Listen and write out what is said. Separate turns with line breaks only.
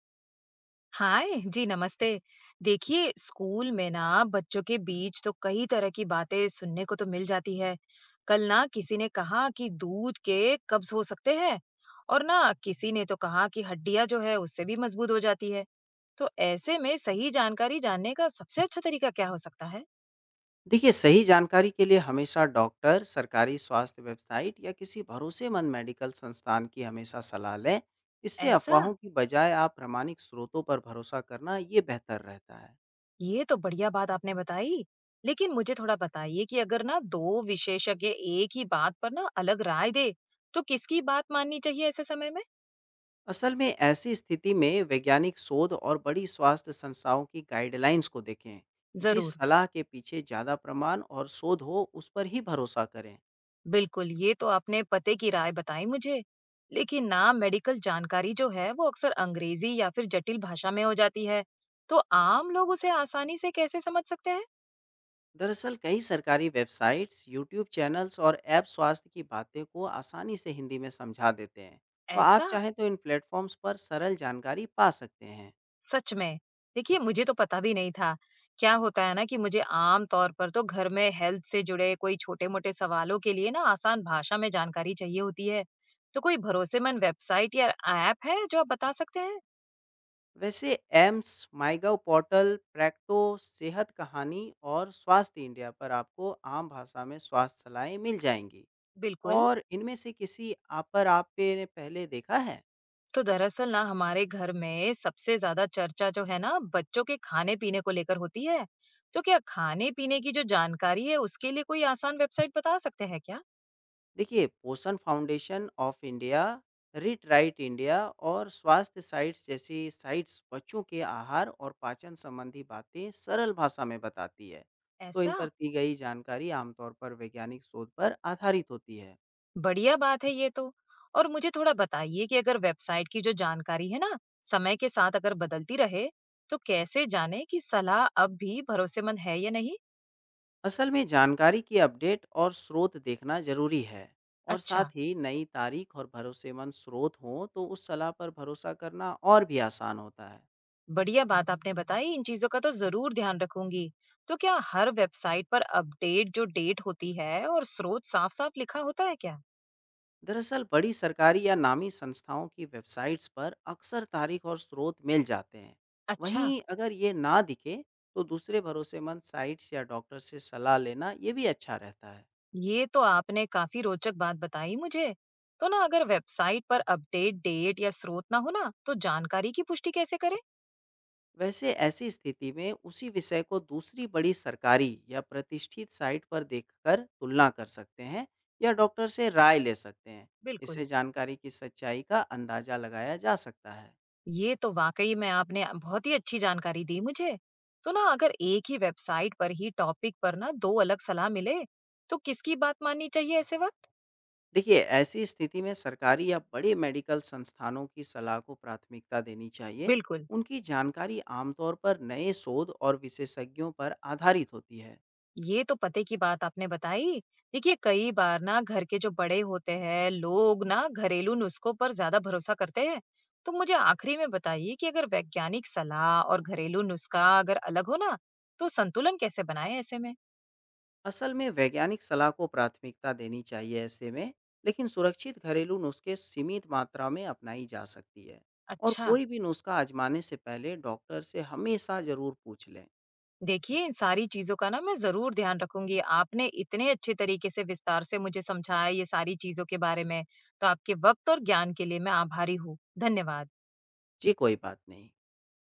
हाय। जी नमस्ते। देखिए, स्कूल में ना बच्चों के बीच तो कई तरह की बातें सुनने को तो मिल जाती है। कल ना किसी ने कहा कि दूध के कब्ज हो सकते हैं। और ना किसी ने तो कहा कि हड्डियां जो है उससे भी मजबूत हो जाती है। तो ऐसे में सही जानकारी जानने का सबसे अच्छा तरीका क्या हो सकता है?
देखिए सही जानकारी के लिए हमेशा डॉक्टर, सरकारी स्वास्थ्य वेबसाइट या किसी भरोसेमंद मेडिकल संस्थान की हमेशा सलाह लें। इससे
ऐसा?
अफवाहों की बजाय आप प्रामाणिक स्रोतों पर भरोसा करना ये बेहतर रहता है।
ये तो बढ़िया बात आपने बताई। लेकिन मुझे थोड़ा बताइए कि अगर ना दो विशेषज्ञ एक ही बात पर ना अलग राय दे, तो किसकी बात माननी चाहिए ऐसे समय में?
असल में ऐसी स्थिति में वैज्ञानिक शोध और बड़ी स्वास्थ्य संस्थाओं की गाइडलाइंस को देखें। जिस
जरूर।
सलाह के पीछे ज़्यादा प्रमाण और शोध हो उस पर ही भरोसा करें।
बिल्कुल, ये तो आपने पते की राय बताई मुझे। लेकिन ना मेडिकल जानकारी जो है वो अक्सर अंग्रेजी या फिर जटिल भाषा में हो जाती है। तो आम लोग उसे आसानी से कैसे समझ सकते हैं?
दरअसल कई सरकारी वेबसाइट्स यूट्यूब चैनल्स और ऐप स्वास्थ्य की बातें को आसानी से हिंदी में समझा देते हैं। तो आप
ऐसा?
चाहें तो इन प्लेटफॉर्म्स पर सरल जानकारी पा सकते हैं।
सच में? देखिए, मुझे तो पता भी नहीं था। क्या होता है ना कि मुझे आम तौर पर तो घर में हेल्थ से जुड़े कोई छोटे-मोटे सवालों के लिए ना आसान भाषा में जानकारी चाहिए होती है। तो कोई भरोसेमंद वेबसाइट या ऐप है जो आप बता सकते हैं?
वैसे एम्स माईगव पोर्टल प्रैक्टो सेहत कहानी और स्वास्थ्य इंडिया पर आपको आम भाषा में स्वास्थ्य सलाहें मिल जाएंगी।
बिल्कुल।
और इनमें से किसी आप पे ने पहले देखा है?
तो दरअसल ना हमारे घर में सबसे ज्यादा चर्चा जो है ना बच्चों के खाने पीने को लेकर होती है। तो क्या खाने पीने की जो जानकारी है उसके लिए कोई आसान वेबसाइट बता सकते हैं क्या?
देखिए Poshan foundation of India, read right India और स्वास्थ्य साइट्स जैसी साइट्स बच्चों के आहार और पाचन संबंधी बातें सरल भाषा में बताती है। तो इन
ऐसा।
पर दी गई जानकारी आमतौर पर वैज्ञानिक शोध पर आधारित होती है।
बढ़िया बात है ये तो। और मुझे थोड़ा बताइए कि अगर वेबसाइट की जो जानकारी है ना समय के साथ अगर बदलती रहे, तो कैसे जाने कि सलाह अब भी भरोसेमंद है या नहीं?
असल में जानकारी की अपडेट और स्रोत देखना जरूरी है। और
अच्छा।
साथ ही नई तारीख और भरोसेमंद स्रोत हों तो उस सलाह पर भरोसा करना और भी आसान होता है।
बढ़िया बात आपने बताई, इन चीजों का तो जरूर ध्यान रखूंगी। तो क्या हर वेबसाइट पर अपडेट जो डेट होती है और स्रोत साफ साफ लिखा होता है क्या?
दरअसल बड़ी सरकारी या नामी संस्थाओं की वेबसाइट्स पर अक्सर तारीख और स्रोत मिल जाते हैं।
अच्छा।
वहीं अगर ये ना दिखे तो दूसरे भरोसेमंद साइट्स या डॉक्टर से सलाह लेना ये भी अच्छा रहता है।
ये तो आपने काफी रोचक बात बताई मुझे। तो ना अगर वेबसाइट पर अपडेट डेट या स्रोत ना हो ना, तो जानकारी की पुष्टि कैसे करें?
वैसे ऐसी स्थिति में उसी विषय को दूसरी बड़ी सरकारी या प्रतिष्ठित साइट पर देखकर तुलना कर सकते हैं या डॉक्टर से राय ले सकते हैं।
बिल्कुल।
इससे जानकारी की सच्चाई का अंदाजा लगाया जा सकता है।
ये तो वाकई में आपने बहुत ही अच्छी जानकारी दी मुझे। तो ना अगर एक ही वेबसाइट पर ही टॉपिक पर ना दो अलग सलाह मिले, तो किसकी बात माननी चाहिए ऐसे वक्त?
देखिए, ऐसी स्थिति में सरकारी या बड़े मेडिकल संस्थानों की सलाह को प्राथमिकता देनी चाहिए।
बिल्कुल।
उनकी जानकारी आमतौर पर नए शोध और विशेषज्ञों पर आधारित होती है।
ये तो पते की बात आपने बताई। देखिए, कई बार ना घर के जो बड़े होते हैं, लोग ना घरेलू नुस्खों पर ज़्यादा भरोसा करते हैं। तो मुझे आखिरी में बताइए कि अगर वैज्ञानिक सलाह और घरेलू नुस्खा अगर अलग हो ना, तो संतुलन कैसे बनाएं ऐसे में?
असल में वैज्ञानिक सलाह को प्राथमिकता देनी चाहिए ऐसे में, लेकिन सुरक्षित घरेलू नुस्खे सीमित मात्रा में अपनाई जा सकती है। और
अच्छा।
कोई भी नुस्खा आजमाने से पहले डॉक्टर से हमेशा ज़रूर पूछ लें।
देखिए, इन सारी चीज़ों का ना मैं ज़रूर ध्यान रखूंगी। आपने इतने अच्छे तरीके से विस्तार से मुझे समझाया ये सारी चीज़ों के बारे में। तो आपके वक़्त और ज्ञान के लिए मैं आभारी हूँ। धन्यवाद।
जी, कोई बात नहीं।